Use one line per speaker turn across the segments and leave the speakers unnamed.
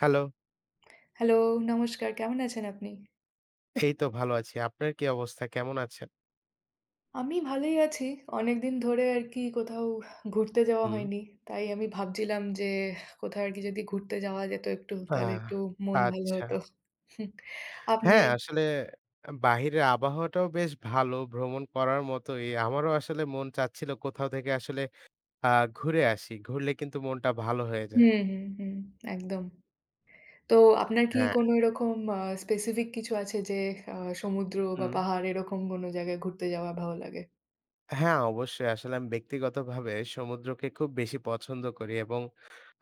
Hello,
hello, নমস্কার। কেমন আছেন আপনি?
এই তো ভালো আছি। আপনার কি অবস্থা? কেমন আছেন?
আমি ভালোই আছি। অনেকদিন ধরে আরকি কোথাও ঘুরতে যাওয়া
হুম।
হয়নি। তাই আমি ভাবছিলাম যে কোথাও আরকি যদি ঘুরতে যাওয়া যেত একটু তাহলে
আহ
একটু মন ভালো
আচ্ছা।
হতো। আপনি
হ্যাঁ, আসলে বাহিরের আবহাওয়াটাও বেশ ভালো, ভ্রমণ করার মতোই। আমারও আসলে মন চাচ্ছিল কোথাও থেকে আসলে আ ঘুরে আসি। ঘুরলে কিন্তু মনটা ভালো হয়ে যায়।
হুম, হুম, হুম, একদম। তো আপনার কি
হ্যাঁ।
কোনো এরকম আ স্পেসিফিক কিছু আছে যে আ সমুদ্র বা
হুম।
পাহাড় এরকম কোনো জায়গায় ঘুরতে যাওয়া ভালো লাগে?
হ্যাঁ, অবশ্যই। আসলে আমি ব্যক্তিগতভাবে সমুদ্রকে খুব বেশি পছন্দ করি এবং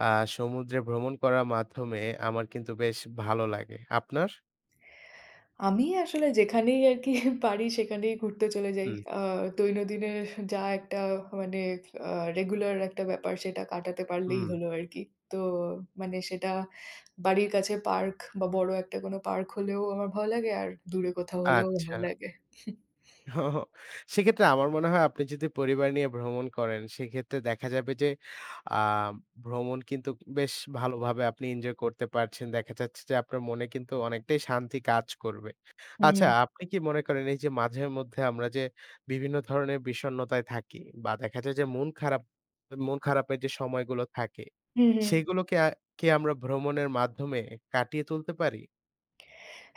আ সমুদ্রে ভ্রমণ করার মাধ্যমে আমার কিন্তু বেশ ভালো লাগে। আপনার?
আমি আসলে যেখানেই আরকি পারি সেখানেই ঘুরতে চলে যাই।
হুম,
দৈনন্দিনের যা একটা মানে আ রেগুলার একটা ব্যাপার সেটা কাটাতে পারলেই
হুম।
হলো আরকি। তো মানে সেটা বাড়ির কাছে পার্ক বা বড় একটা কোনো পার্ক হলেও আমার ভালো লাগে আর দূরে কোথাও হলেও
আচ্ছা।
ভালো লাগে।
ও, সেক্ষেত্রে আমার মনে হয় আপনি যদি পরিবার নিয়ে ভ্রমণ করেন, সেক্ষেত্রে দেখা যাবে যে আ ভ্রমণ কিন্তু বেশ ভালোভাবে আপনি এনজয় করতে পারছেন। দেখা যাচ্ছে যে আপনার মনে কিন্তু অনেকটাই শান্তি কাজ করবে। আচ্ছা
হুম,
আপনি কি মনে করেন এই যে মাঝে মধ্যে আমরা যে বিভিন্ন ধরনের বিষণ্ণতায় থাকি বা দেখা যায় যে মন খারাপের যে সময়গুলো থাকে,
হুম, হুম।
সেগুলোকে কি আমরা ভ্রমণের মাধ্যমে কাটিয়ে তুলতে পারি?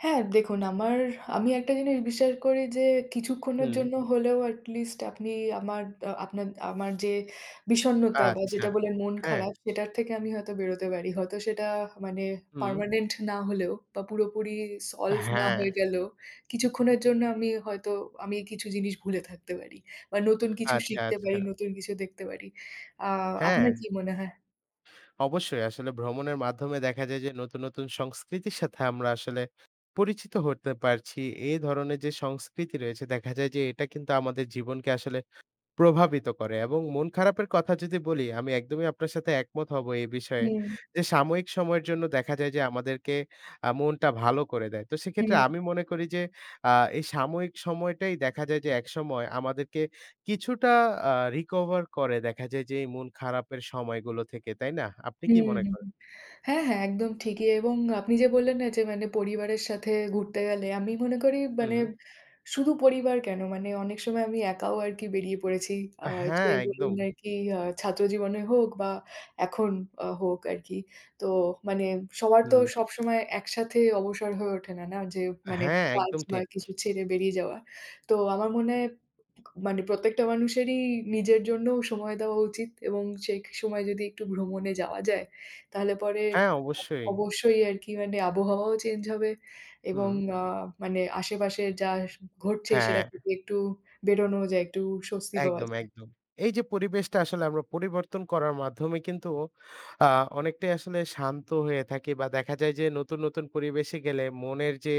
হ্যাঁ, দেখুন আমি একটা জিনিস বিশ্বাস করি যে কিছুক্ষণের
হুম।
জন্য হলেও at least আপনি আমার আ আপনার আমার যে বিষণ্ণতা বা
আচ্ছা।
যেটা বললেন মন
হ্যাঁ,
খারাপ সেটার থেকে আমি হয়তো বেরোতে পারি। হয়তো সেটা মানে
হুম,
পার্মানেন্ট না হলেও বা পুরোপুরি সলভ না
হ্যাঁ।
হয়ে গেলেও কিছুক্ষণের জন্য আমি হয়তো কিছু জিনিস ভুলে থাকতে পারি বা নতুন কিছু
আচ্ছা,
শিখতে
আচ্ছা।
পারি, নতুন কিছু দেখতে পারি। আ
হ্যাঁ,
আপনার কি মনে হয়?
অবশ্যই আসলে ভ্রমণের মাধ্যমে দেখা যায় যে নতুন, নতুন সংস্কৃতির সাথে আমরা আসলে পরিচিত হতে পারছি। এই ধরনের যে সংস্কৃতি রয়েছে দেখা যায় যে এটা কিন্তু আমাদের জীবনকে আসলে প্রভাবিত করে এবং মন খারাপের কথা যদি বলি, আমি একদমই আপনার সাথে একমত হব এই বিষয়ে।
হুম,
যে সাময়িক সময়ের জন্য দেখা যায় যে আমাদেরকে মনটা ভালো করে দেয়। তো
হুম,
সেক্ষেত্রে আমি মনে করি যে আ এই সাময়িক সময়টাই দেখা যায় যে একসময় আমাদেরকে কিছুটা recover করে দেখা যায় যে এই মন খারাপের সময়গুলো থেকে, তাই না? আপনি কি
হুম,
মনে
হুম।
করেন?
হ্যাঁ, হ্যাঁ, একদম ঠিকই এবং আপনি যে বললেন না যে মানে পরিবারের সাথে ঘুরতে গেলে আমি মনে করি মানে
হুম।
শুধু পরিবার কেন মানে অনেক সময় আমি একাও আরকি বেরিয়ে পড়েছি। আ সে
হ্যাঁ,
বলুন
একদম।
আরকি ছাত্র জীবনে হোক বা এখন হোক আরকি। তো মানে সবার তো
হুম।
সবসময় একসাথে অবসর হয়ে ওঠে না, না? যে মানে
হ্যাঁ,
কাজ
একদম
বা
ঠিক।
কিছু ছেড়ে বেরিয়ে যাওয়া। তো আমার মনে হয় মানে প্রত্যেকটা মানুষেরই নিজের জন্য সময় দেওয়া উচিত এবং সেই সময় যদি একটু ভ্রমণে যাওয়া যায়, তাহলে পরে
হ্যাঁ, অবশ্যই।
অবশ্যই আরকি মানে আবহাওয়াও চেঞ্জ হবে এবং
হুম।
আ মানে আশেপাশে যা ঘটছে সেটা
হ্যাঁ।
থেকে একটু বেরোনো যায়, একটু স্বস্তি পাওয়া
একদম,
যায়।
একদম। এই যে পরিবেশটা আসলে আমরা পরিবর্তন করার মাধ্যমে কিন্তু আ অনেকটাই আসলে শান্ত হয়ে থাকি বা দেখা যায় যে নতুন, নতুন পরিবেশে গেলে মনের যে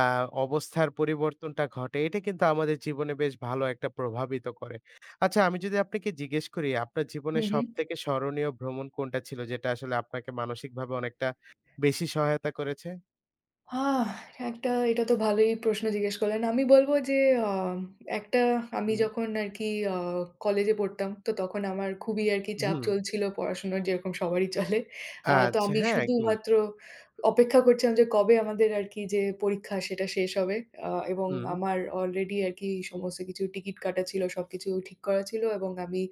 আ অবস্থার পরিবর্তনটা ঘটে এটা কিন্তু আমাদের জীবনে বেশ ভালো একটা প্রভাবিত করে। আচ্ছা আমি যদি আপনাকে জিজ্ঞেস করি আপনার জীবনে
হু, হু।
সবথেকে স্মরণীয় ভ্রমণ কোনটা ছিল যেটা আসলে আপনাকে মানসিকভাবে অনেকটা বেশি সহায়তা করেছে?
আহ! একটা এটা তো ভালোই প্রশ্ন জিজ্ঞেস করলেন। আমি বলব যে আ একটা আমি
হুম,
যখন আরকি আ কলেজে পড়তাম, তো তখন আমার খুবই আরকি চাপ
হুম।
চলছিল পড়াশোনার যেরকম সবারই চলে। তো
আচ্ছা,
আমি
হ্যাঁ, একদম।
শুধুমাত্র অপেক্ষা করছিলাম যে কবে আমাদের আরকি যে পরীক্ষা সেটা শেষ হবে। আ এবং
হুম,
আমার অলরেডি আরকি সমস্ত কিছু টিকিট কাটা ছিল, সবকিছু ঠিক করা ছিল এবং আমি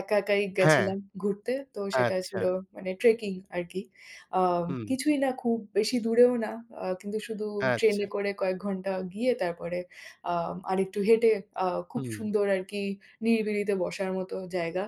একা একাই
হ্যাঁ,
গেছিলাম ঘুরতে। তো সেটা
আচ্ছা,
ছিল মানে ট্রেকিং আরকি। আ
হুম,
কিছুই না খুব বেশি দূরেও না। কিন্তু শুধু
আচ্ছা,
ট্রেনে করে কয়েক ঘন্টা গিয়ে তারপরে আ আরেকটু হেঁটে আ খুব
হুম।
সুন্দর আরকি নিরিবিলিতে বসার মতো জায়গা।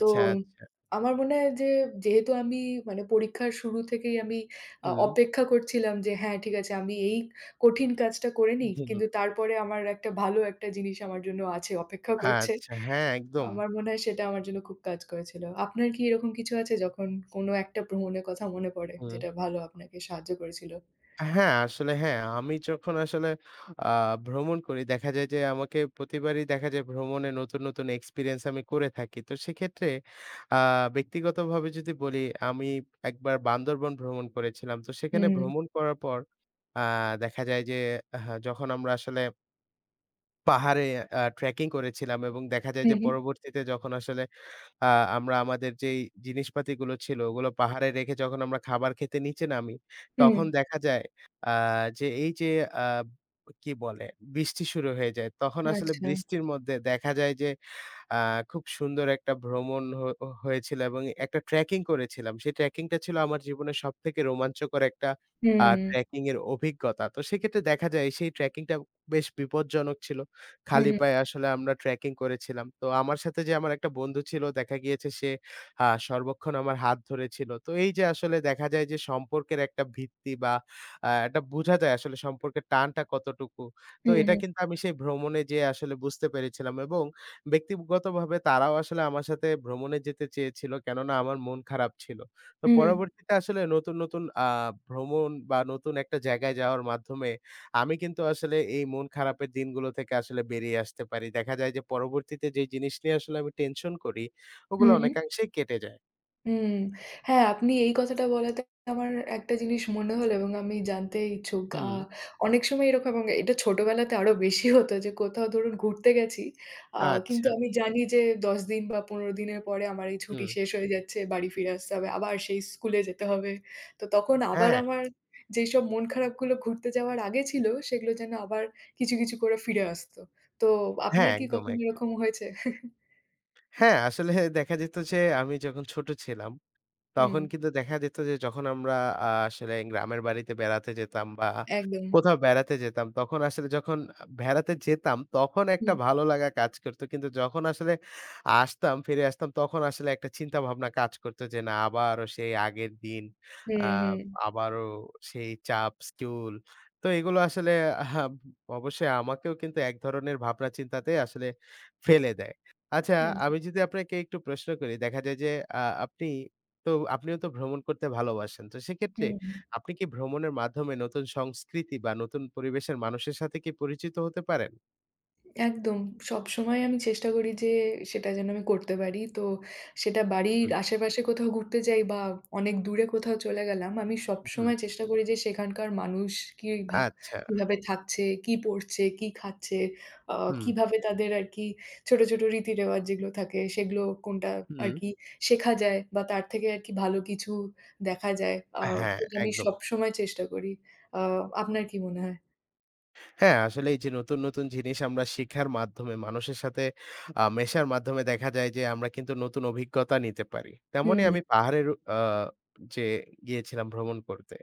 তো
আচ্ছা।
আমার মনে হয় যে যেহেতু আমি মানে পরীক্ষার শুরু থেকেই আমি
হুম,
অপেক্ষা করছিলাম যে হ্যাঁ, ঠিক আছে আমি এই কঠিন কাজটা করে নিই।
হুম।
কিন্তু তারপরে আমার একটা ভালো একটা জিনিস আমার জন্য আছে অপেক্ষা করছে।
আচ্ছা, হ্যাঁ, একদম।
আমার মনে হয় সেটা আমার জন্য খুব কাজ করেছিল। আপনার কি এরকম কিছু আছে যখন কোনো একটা ভ্রমণের কথা মনে পড়ে
হুম।
যেটা ভালো আপনাকে সাহায্য করেছিল?
হ্যাঁ, আসলে হ্যাঁ, আমি যখন আসলে আ ভ্রমণ করি দেখা যায় যে আমাকে প্রতিবারই দেখা যায় ভ্রমণে নতুন, নতুন এক্সপেরিয়েন্স আমি করে থাকি। তো সেক্ষেত্রে আ ব্যক্তিগতভাবে যদি বলি আমি একবার বান্দরবন ভ্রমণ করেছিলাম। তো সেখানে
হুম,
ভ্রমণ করার পর আ দেখা যায় যে হ্যাঁ, যখন আমরা আসলে পাহাড়ে ট্রেকিং করেছিলাম এবং দেখা যায়
হু,
যে
হু,
পরবর্তীতে যখন আসলে আ আমরা আমাদের যেই জিনিসপাতিগুলো ছিল, ওগুলো পাহাড়ে রেখে যখন আমরা খাবার খেতে নিচে নামি,
হুম,
তখন দেখা যায় আ যে এই যে আ কি বলে? বৃষ্টি শুরু হয়ে যায়। তখন আসলে
আচ্ছা।
বৃষ্টির মধ্যে দেখা যায় যে আ খুব সুন্দর একটা ভ্রমণ হয়েছিল এবং একটা ট্রেকিং করেছিলাম। সেই ট্রেকিংটা ছিল আমার জীবনের সবথেকে রোমাঞ্চকর একটা
হুম,
ট্রেকিং এর অভিজ্ঞতা। তো সেক্ষেত্রে দেখা যায় সেই ট্রেকিংটা বেশ বিপজ্জনক ছিল।
হু,
খালি
হু,
পায়ে আসলে আমরা ট্রেকিং করেছিলাম। তো আমার সাথে যে আমার একটা বন্ধু ছিল দেখা গিয়েছে সে সর্বক্ষণ আমার হাত ধরেছিল। তো এই যে আসলে দেখা যায় যে সম্পর্কের একটা ভিত্তি বা এটা বোঝা যায় আসলে সম্পর্কের টানটা কতটুকু। তো
হু,
এটা
হু,
কিন্তু আমি সেই ভ্রমণে যেয়ে আসলে বুঝতে পেরেছিলাম এবং ব্যক্তিগতভাবে তারাও আসলে আমার সাথে ভ্রমণে যেতে চেয়েছিল। কেননা আমার মন খারাপ ছিল। তো
হুম,
পরবর্তীতে আসলে নতুন, নতুন ভ্রমণ বা নতুন একটা জায়গায় যাওয়ার মাধ্যমে আমি কিন্তু আসলে এই মন খারাপের দিনগুলো থেকে আসলে বেরিয়ে আসতে পারি। দেখা যায় যে পরবর্তীতে যে জিনিস নিয়ে আসলে আমি টেনশন করি,
হু,
ওগুলো
হু।
অনেকাংশেই কেটে যায়।
হুম। হ্যাঁ, আপনি এই কথাটা বলাতে আমার একটা জিনিস মনে হলো এবং আমি জানতে ইচ্ছুক।
হুম।
অনেক সময় এরকম এবং এটা ছোটবেলাতে আরো বেশি হতো যে কোথাও ধরুন ঘুরতে গেছি। আ কিন্তু
আচ্ছা,
আমি জানি যে ১০ দিন বা ১৫ দিনের পরে আমার এই ছুটি
হুম।
শেষ হয়ে যাচ্ছে। বাড়ি ফিরে আসতে হবে। আবার সেই স্কুলে যেতে হবে। তো তখন আবার
হ্যাঁ,
আমার যেইসব মন খারাপগুলো ঘুরতে যাওয়ার আগে ছিল সেগুলো যেন আবার কিছু, কিছু করে ফিরে আসতো। তো
হ্যাঁ,
আপনার কি
একদম,
কখনো
একদম।
এরকম হয়েছে?
হ্যাঁ, আসলে দেখা যেত যে আমি যখন ছোট ছিলাম
হুম,
তখন কিন্তু দেখা যেত যে যখন আমরা আসলে গ্রামের বাড়িতে বেড়াতে যেতাম বা
একদম।
কোথাও বেড়াতে যেতাম, তখন আসলে যখন বেড়াতে যেতাম তখন একটা
হুম,
ভালো লাগা কাজ করত। কিন্তু যখন আসলে আসতাম, ফিরে আসতাম তখন আসলে একটা চিন্তাভাবনা কাজ করত যে না আবারও সেই আগের দিন,
হুম,
আ
হুম।
আবারও সেই চাপ, স্কুল। তো এগুলো আসলে আহা অবশ্যই আমাকেও কিন্তু এক ধরনের ভাবনা চিন্তাতে আসলে ফেলে দেয়। আচ্ছা আমি
একদম।
যদি আপনাকে একটু প্রশ্ন করি, দেখা যায় যে আপনি তো আপনিও তো ভ্রমণ করতে ভালোবাসেন। তো সেক্ষেত্রে
হুম,
আপনি কি ভ্রমণের মাধ্যমে নতুন সংস্কৃতি বা নতুন পরিবেশের মানুষের সাথে কি পরিচিত হতে পারেন?
একদম। সবসময় আমি চেষ্টা করি যে সেটা যেন আমি করতে পারি। তো সেটা বাড়ির
হুম,
আশেপাশে কোথাও ঘুরতে যাই বা অনেক দূরে কোথাও চলে গেলাম, আমি
হুম।
সবসময় চেষ্টা করি যে সেখানকার মানুষ কি ভা
আচ্ছা।
কিভাবে থাকছে, কি পড়ছে, কি খাচ্ছে, আ
হুম,
কিভাবে তাদের আর কি ছোট, ছোট রীতি-রেওয়াজ যেগুলো থাকে সেগুলো কোনটা আর
হুম।
কি শেখা যায় বা তার থেকে আর কি ভালো কিছু দেখা যায়।
হ্যাঁ,
সেটা আমি
একদম।
সবসময় চেষ্টা করি। আ আপনার কি মনে হয়?
হ্যাঁ, আসলে এই যে নতুন, নতুন জিনিস আমরা শিখার মাধ্যমে মানুষের সাথে মেশার মাধ্যমে দেখা যায় যে আমরা কিন্তু নতুন অভিজ্ঞতা নিতে পারি। তেমনই
হুম,
আমি পাহাড়ের আ যে গিয়েছিলাম ভ্রমণ করতে।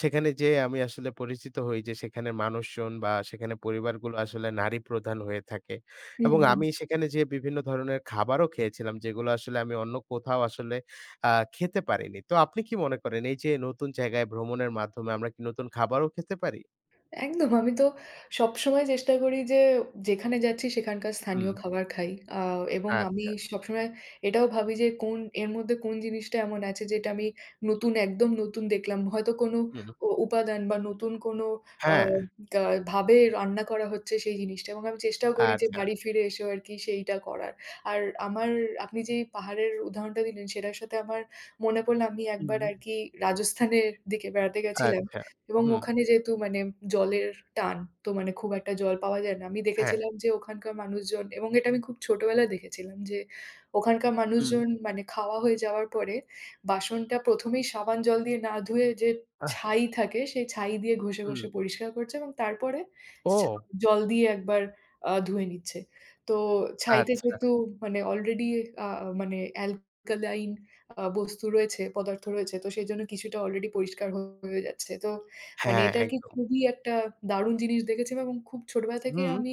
সেখানে যেয়ে আমি আসলে পরিচিত হই যে সেখানের মানুষজন বা সেখানে পরিবারগুলো আসলে নারী প্রধান হয়ে থাকে।
হুম,
এবং
হুম।
আমি সেখানে যেয়ে বিভিন্ন ধরনের খাবারও খেয়েছিলাম যেগুলো আসলে আমি অন্য কোথাও আসলে আ খেতে পারিনি। তো আপনি কি মনে করেন এই যে নতুন জায়গায় ভ্রমণের মাধ্যমে আমরা কি নতুন খাবারও খেতে পারি?
একদম। আমি তো সবসময় চেষ্টা করি যে যেখানে যাচ্ছি সেখানকার
হুম।
স্থানীয় খাবার খাই। আ এবং আমি
আচ্ছা।
সবসময় এটাও ভাবি যে কোন এর মধ্যে কোন জিনিসটা এমন আছে যেটা আমি নতুন একদম নতুন দেখলাম। হয়তো কোনো
হুম।
উপাদান বা নতুন কোনো আ
হ্যাঁ,
গা ভাবে রান্না করা হচ্ছে সেই জিনিসটা এবং আমি চেষ্টাও করি যে
আচ্ছা,
বাড়ি ফিরে এসেও আরকি সেইটা করার। আর আমার আপনি যেই পাহাড়ের উদাহরণটা দিলেন সেটার সাথে আমার মনে পড়লো আমি একবার
হুম।
আরকি রাজস্থানের দিকে বেড়াতে গেছিলাম।
আচ্ছা,
এবং
হুম,
ওখানে যেহেতু মানে জলের টান, তো মানে খুব একটা জল পাওয়া যায় না। আমি
হ্যাঁ,
দেখেছিলাম যে ওখানকার মানুষজন এবং এটা আমি খুব ছোটবেলায় দেখেছিলাম যে ওখানকার
হুম।
মানুষজন মানে খাওয়া হয়ে যাওয়ার পরে বাসনটা ১ম এই সাবান জল দিয়ে না ধুয়ে যে
আহ
ছাই থাকে, সেই ছাই দিয়ে ঘষে,
হুম,
ঘষে পরিষ্কার করছে এবং তারপরে ছা
ও
জল দিয়ে একবার ধুয়ে নিচ্ছে। তো ছাইতে
আচ্ছা,
যেহেতু মানে অলরেডি আ মানে অ্যালকালাইন বস্তু রয়েছে, পদার্থ রয়েছে, তো সেজন্য কিছুটা অলরেডি পরিষ্কার হয়ে যাচ্ছে। তো মানে
হ্যাঁ,
এটা আরকি
একদম।
খুবই একটা দারুণ জিনিস দেখেছি এবং খুব ছোটবেলা থেকেই
হুম,
আমি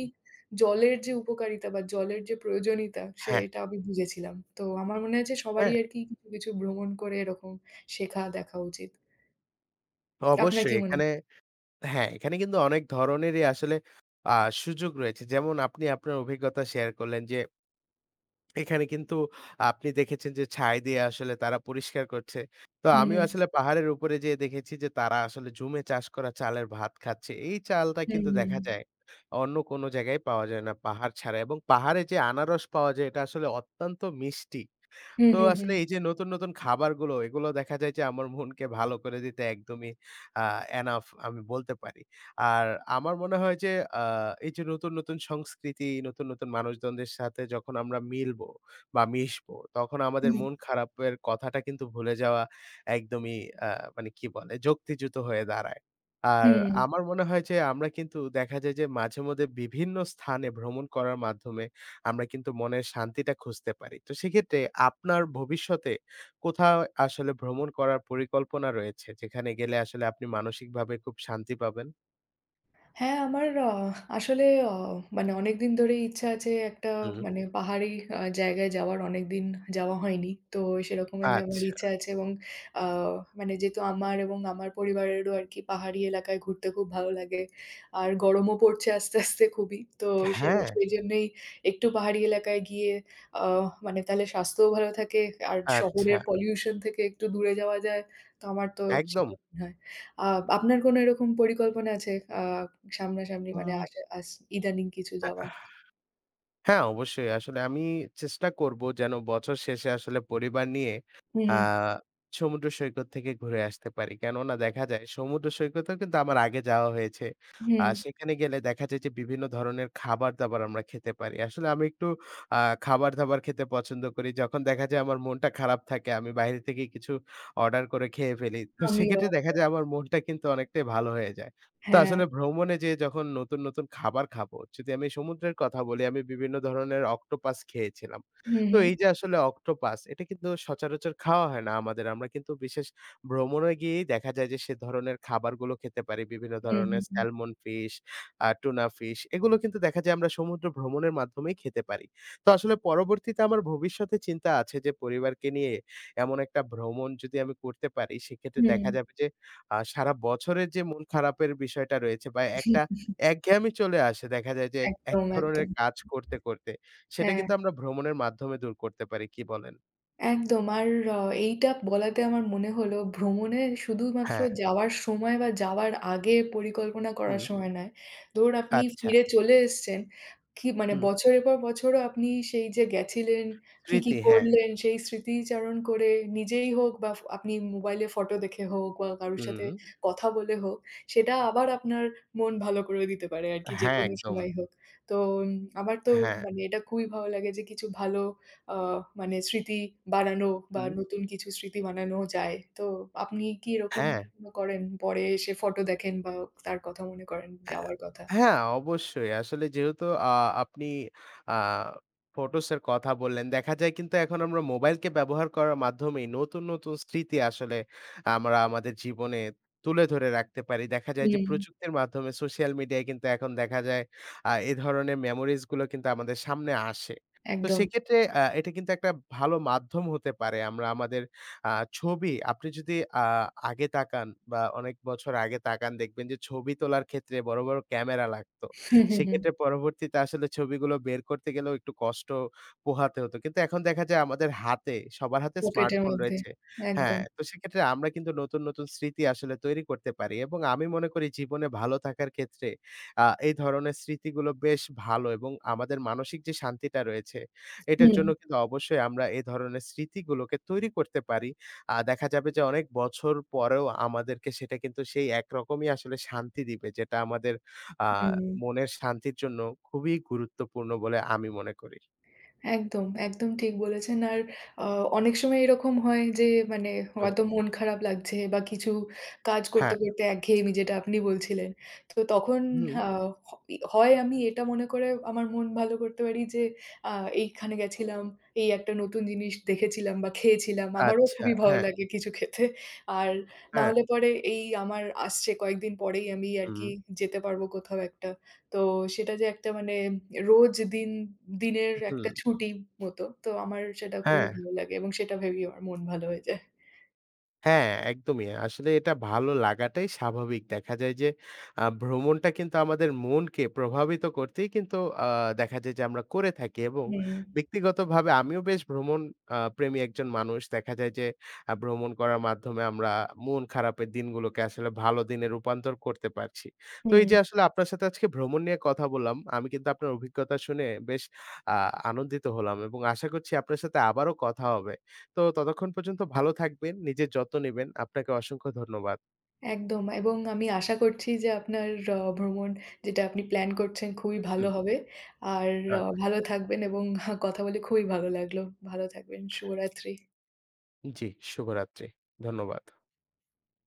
জলের যে উপকারিতা বা জলের যে প্রয়োজনীয়তা
হ্যাঁ,
সেটা আমি বুঝেছিলাম। তো আমার মনে হয় যে
হ্যাঁ,
সবারই আরকি কিছু, কিছু ভ্রমণ করে এরকম শেখা দেখা উচিত। আপনার
অবশ্যই
কি মনে হয়?
এখানে হ্যাঁ, এখানে কিন্তু অনেক ধরনেরই আসলে আ সুযোগ রয়েছে। যেমন আপনি আপনার অভিজ্ঞতা শেয়ার করলেন যে এখানে কিন্তু আপনি দেখেছেন যে ছাই দিয়ে আসলে তারা পরিষ্কার করছে। তো
হুম,
আমিও
হুম।
আসলে পাহাড়ের উপরে যেয়ে দেখেছি যে তারা আসলে জুমে চাষ করা চালের ভাত খাচ্ছে। এই চালটা
হুম,
কিন্তু
হুম, হুম।
দেখা যায় অন্য কোনো জায়গায় পাওয়া যায় না পাহাড় ছাড়া এবং পাহাড়ে যে আনারস পাওয়া যায় এটা আসলে অত্যন্ত মিষ্টি।
হুম,
তো
হুম,
আসলে
হুম।
এই যে নতুন, নতুন খাবারগুলো এগুলো দেখা যায় যে আমার মনকে ভালো করে দিতে একদমই আ এনাফ আমি বলতে পারি। আর আমার মনে হয় যে আ এই যে নতুন, নতুন সংস্কৃতি, নতুন, নতুন মানুষজনদের সাথে যখন আমরা মিলবো বা মিশবো, তখন আমাদের মন খারাপের কথাটা কিন্তু ভুলে যাওয়া একদমই আ মানে কি বলে? যুক্তিযুত হয়ে দাঁড়ায়। আর
হুম, হুম।
আমার মনে হয় যে আমরা কিন্তু দেখা যায় যে মাঝেমধ্যে বিভিন্ন স্থানে ভ্রমণ করার মাধ্যমে আমরা কিন্তু মনের শান্তিটা খুঁজতে পারি। তো সেক্ষেত্রে আপনার ভবিষ্যতে কোথাও আসলে ভ্রমণ করার পরিকল্পনা রয়েছে যেখানে গেলে আসলে আপনি মানসিকভাবে খুব শান্তি পাবেন?
হ্যাঁ, আমার আ আসলে অ মানে অনেকদিন ধরেই ইচ্ছা আছে একটা
হুম।
মানে পাহাড়ি জায়গায় যাওয়ার অনেকদিন যাওয়া হয়নি। তো সেরকমই আমার
আচ্ছা।
ইচ্ছা আছে এবং আ মানে যেহেতু আমার এবং আমার পরিবারেরও আরকি পাহাড়ি এলাকায় ঘুরতে খুব ভালো লাগে। আর গরমও পড়ছে আস্তে, আস্তে খুবই। তো সে- সেই
হ্যাঁ,
সেইজন্যেই একটু পাহাড়ি এলাকায় গিয়ে আ মানে তাহলে স্বাস্থ্যও ভালো থাকে আর
আচ্ছা।
শহরের পলিউশন থেকে একটু দূরে যাওয়া যায়। তো আমার তো
একদম।
সেটা মনে হয়। আ আপনার কোনো এরকম পরিকল্পনা আছে? আ সামনাসামনি মানে
উম
আসে আস ইদানিং কিছু
আ
যাওয়া।
হ্যাঁ, অবশ্যই। আসলে আমি চেষ্টা করব যেন বছর শেষে আসলে পরিবার নিয়ে আ
হুম,
সমুদ্র সৈকত থেকে ঘুরে আসতে পারি। কেননা দেখা যায় সমুদ্র সৈকতেও কিন্তু আমার আগে যাওয়া হয়েছে।
হুম,
আর সেখানে গেলে দেখা যায় যে বিভিন্ন ধরনের খাবার-দাবার আমরা খেতে পারি। আসলে আমি একটু আ খাবার-দাবার খেতে পছন্দ করি। যখন দেখা যায় আমার মনটা খারাপ থাকে, আমি বাইরে থেকে কিছু অর্ডার করে খেয়ে ফেলি। তো
আমিও।
সেক্ষেত্রে দেখা যায় আমার মনটা কিন্তু অনেকটাই ভালো হয়ে যায়। তো
হ্যাঁ।
আসলে ভ্রমণে যেয়ে যখন নতুন, নতুন খাবার খাবো, যদি আমি সমুদ্রের কথা বলি, আমি বিভিন্ন ধরনের অক্টোপাস খেয়েছিলাম।
হু,
তো
হু।
এই যে আসলে অক্টোপাস, এটা কিন্তু সচরাচর খাওয়া হয় না আমাদের। আমরা কিন্তু বিশেষ ভ্রমণে গিয়েই দেখা যায় যে, সে ধরনের খাবারগুলো খেতে পারি। বিভিন্ন
হু, হু,
ধরনের
হু।
স্যালমন ফিশ, টুনা ফিশ, এগুলো কিন্তু দেখা যায় আমরা সমুদ্র ভ্রমণের মাধ্যমেই খেতে পারি। তো আসলে পরবর্তীতে আমার ভবিষ্যতে চিন্তা আছে যে, পরিবারকে নিয়ে এমন একটা ভ্রমণ যদি আমি করতে পারি, সেক্ষেত্রে
হুম।
দেখা যাবে যে সারা বছরের যে মন খারাপের বিষয়টা রয়েছে বা একটা একঘেয়েমি চলে আসে দেখা যায় যে, এক এক
একদম,
ধরনের
একদম।
কাজ করতে, করতে। সেটা
হ্যাঁ।
কিন্তু আমরা ভ্রমণের মাধ্যমে দূর করতে পারি। কি বলেন?
একদম। আর আ এইটা বলাতে আমার মনে হলো ভ্রমণে শুধুমাত্র
হ্যাঁ,
যাওয়ার সময় বা যাওয়ার আগে পরিকল্পনা করার
হুম,
সময় নয়। ধরুন আপনি
আচ্ছা,
ফিরে চলে এসছেন। কি মানে
হুম,
বছরের পর বছরও আপনি সেই যে গেছিলেন, কি, কি
স্মৃতি হ্যাঁ,
করলেন সেই স্মৃতিচারণ করে নিজেই হোক বা আপনি মোবাইলে ফটো দেখে হোক বা কারোর সাথে
হুম,
কথা বলে হোক, সেটা আবার আপনার মন ভালো করে দিতে পারে আরকি
হ্যাঁ,
যেকোনো
একদম।
সময় হোক। তো উম, আমার তো
হ্যাঁ,
মানে এটা খুবই ভালো লাগে যে কিছু ভালো আ মানে স্মৃতি বানানো বা
হুম,
নতুন কিছু স্মৃতি বানানো যায়। তো আপনি কি এরকম
হ্যাঁ।
কখনো করেন? পরে এসে ফটো দেখেন বা তার কথা মনে করেন
হ্যাঁ,
যাওয়ার কথা?
হ্যাঁ, অবশ্যই। আসলে যেহেতু আপনি আ ফটোসের কথা বললেন, দেখা যায় কিন্তু এখন আমরা মোবাইলকে ব্যবহার করার মাধ্যমেই নতুন, নতুন স্মৃতি আসলে আমরা আমাদের জীবনে তুলে ধরে রাখতে পারি। দেখা যায় যে
হুম,
প্রযুক্তির মাধ্যমে সোশ্যাল মিডিয়ায় কিন্তু এখন দেখা যায় এ ধরনের মেমোরিজ গুলো কিন্তু আমাদের সামনে আসে। তো
একদম।
সেক্ষেত্রে এটা কিন্তু একটা ভালো মাধ্যম হতে পারে। আমরা আমাদের আ ছবি আপনি যদি আ আগে তাকান বা অনেক বছর আগে তাকান দেখবেন যে ছবি তোলার ক্ষেত্রে বড়, বড় ক্যামেরা লাগতো।
হুম, হুম, হুম।
সেক্ষেত্রে পরবর্তীতে আসলে ছবিগুলো বের করতে গেলেও একটু কষ্ট পোহাতে হতো। কিন্তু এখন দেখা যায় আমাদের হাতে, সবার হাতে
পকেটের
স্মার্টফোন
মধ্যে।
রয়েছে। হ্যাঁ,
একদম।
তো সেক্ষেত্রে আমরা কিন্তু নতুন, নতুন স্মৃতি আসলে তৈরি করতে পারি এবং আমি মনে করি জীবনে ভালো থাকার ক্ষেত্রে এই ধরনের স্মৃতিগুলো বেশ ভালো এবং আমাদের মানসিক যে শান্তিটা রয়েছে, এটার
হুম,
জন্য কিন্তু অবশ্যই আমরা এ ধরনের স্মৃতিগুলোকে তৈরি করতে পারি। দেখা যাবে যে অনেক বছর পরেও আমাদেরকে সেটা কিন্তু সেই একরকমই আসলে শান্তি দিবে যেটা আমাদের আ
হুম।
মনের শান্তির জন্য খুবই গুরুত্বপূর্ণ বলে আমি মনে করি।
একদম, একদম ঠিক বলেছেন। আর আ অনেক সময় এরকম হয় যে মানে
হুম।
হয়তো মন খারাপ লাগছে বা কিছু কাজ করতে,
হ্যাঁ।
করতে একঘেয়েমি যেটা আপনি বলছিলেন। তো তখন
হুম।
আ হ হয় আমি এটা মনে করে আমার মন ভালো করতে পারি যে আ এইখানে গেছিলাম, এই একটা নতুন জিনিস দেখেছিলাম বা খেয়েছিলাম। আমারও
আচ্ছা।
খুবই ভালো
হ্যাঁ,
লাগে কিছু খেতে। আর না
হ্যাঁ।
হলে পরে এই আমার আসছে কয়েকদিন পরেই আমি আর কি
হুম,
যেতে পারবো কোথাও একটা। তো সেটা যে একটা মানে রোজ দিন দিনের
হুম।
একটা ছুটি মতো। তো আমার সেটা খুবই
হ্যাঁ।
ভালো লাগে এবং সেটা ভেবেই আমার মন ভালো হয়ে যায়।
হ্যাঁ, একদমই। আসলে এটা ভালো লাগাটাই স্বাভাবিক। দেখা যায় যে ভ্রমণটা কিন্তু আমাদের মনকে প্রভাবিত করতেই কিন্তু আ দেখা যায় যে আমরা করে থাকি এবং
হুম,
ব্যক্তিগতভাবে আমিও বেশ ভ্রমণ আ প্রেমী একজন মানুষ। দেখা যায় যে ভ্রমণ করার মাধ্যমে আমরা মন খারাপের দিনগুলোকে আসলে ভালো দিনে রূপান্তর করতে পারছি। তো এই যে
হুম,
আসলে আপনার সাথে আজকে ভ্রমণ নিয়ে কথা বললাম। আমি কিন্তু আপনার অভিজ্ঞতা শুনে বেশ আ আনন্দিত হলাম এবং আশা করছি আপনার সাথে আবারও কথা হবে। তো ততক্ষণ পর্যন্ত ভালো থাকবেন, নিজের যত্ন নিবেন। আপনাকে অসংখ্য ধন্যবাদ।
একদম এবং আমি আশা করছি যে আপনার ভ্রমণ যেটা আপনি প্ল্যান করছেন খুবই ভালো
হুম।
হবে। আর
আচ্ছা।
ভালো থাকবেন এবং কথা বলে খুবই ভালো লাগলো। ভালো থাকবেন। শুভরাত্রি।
জি, শুভরাত্রি। ধন্যবাদ।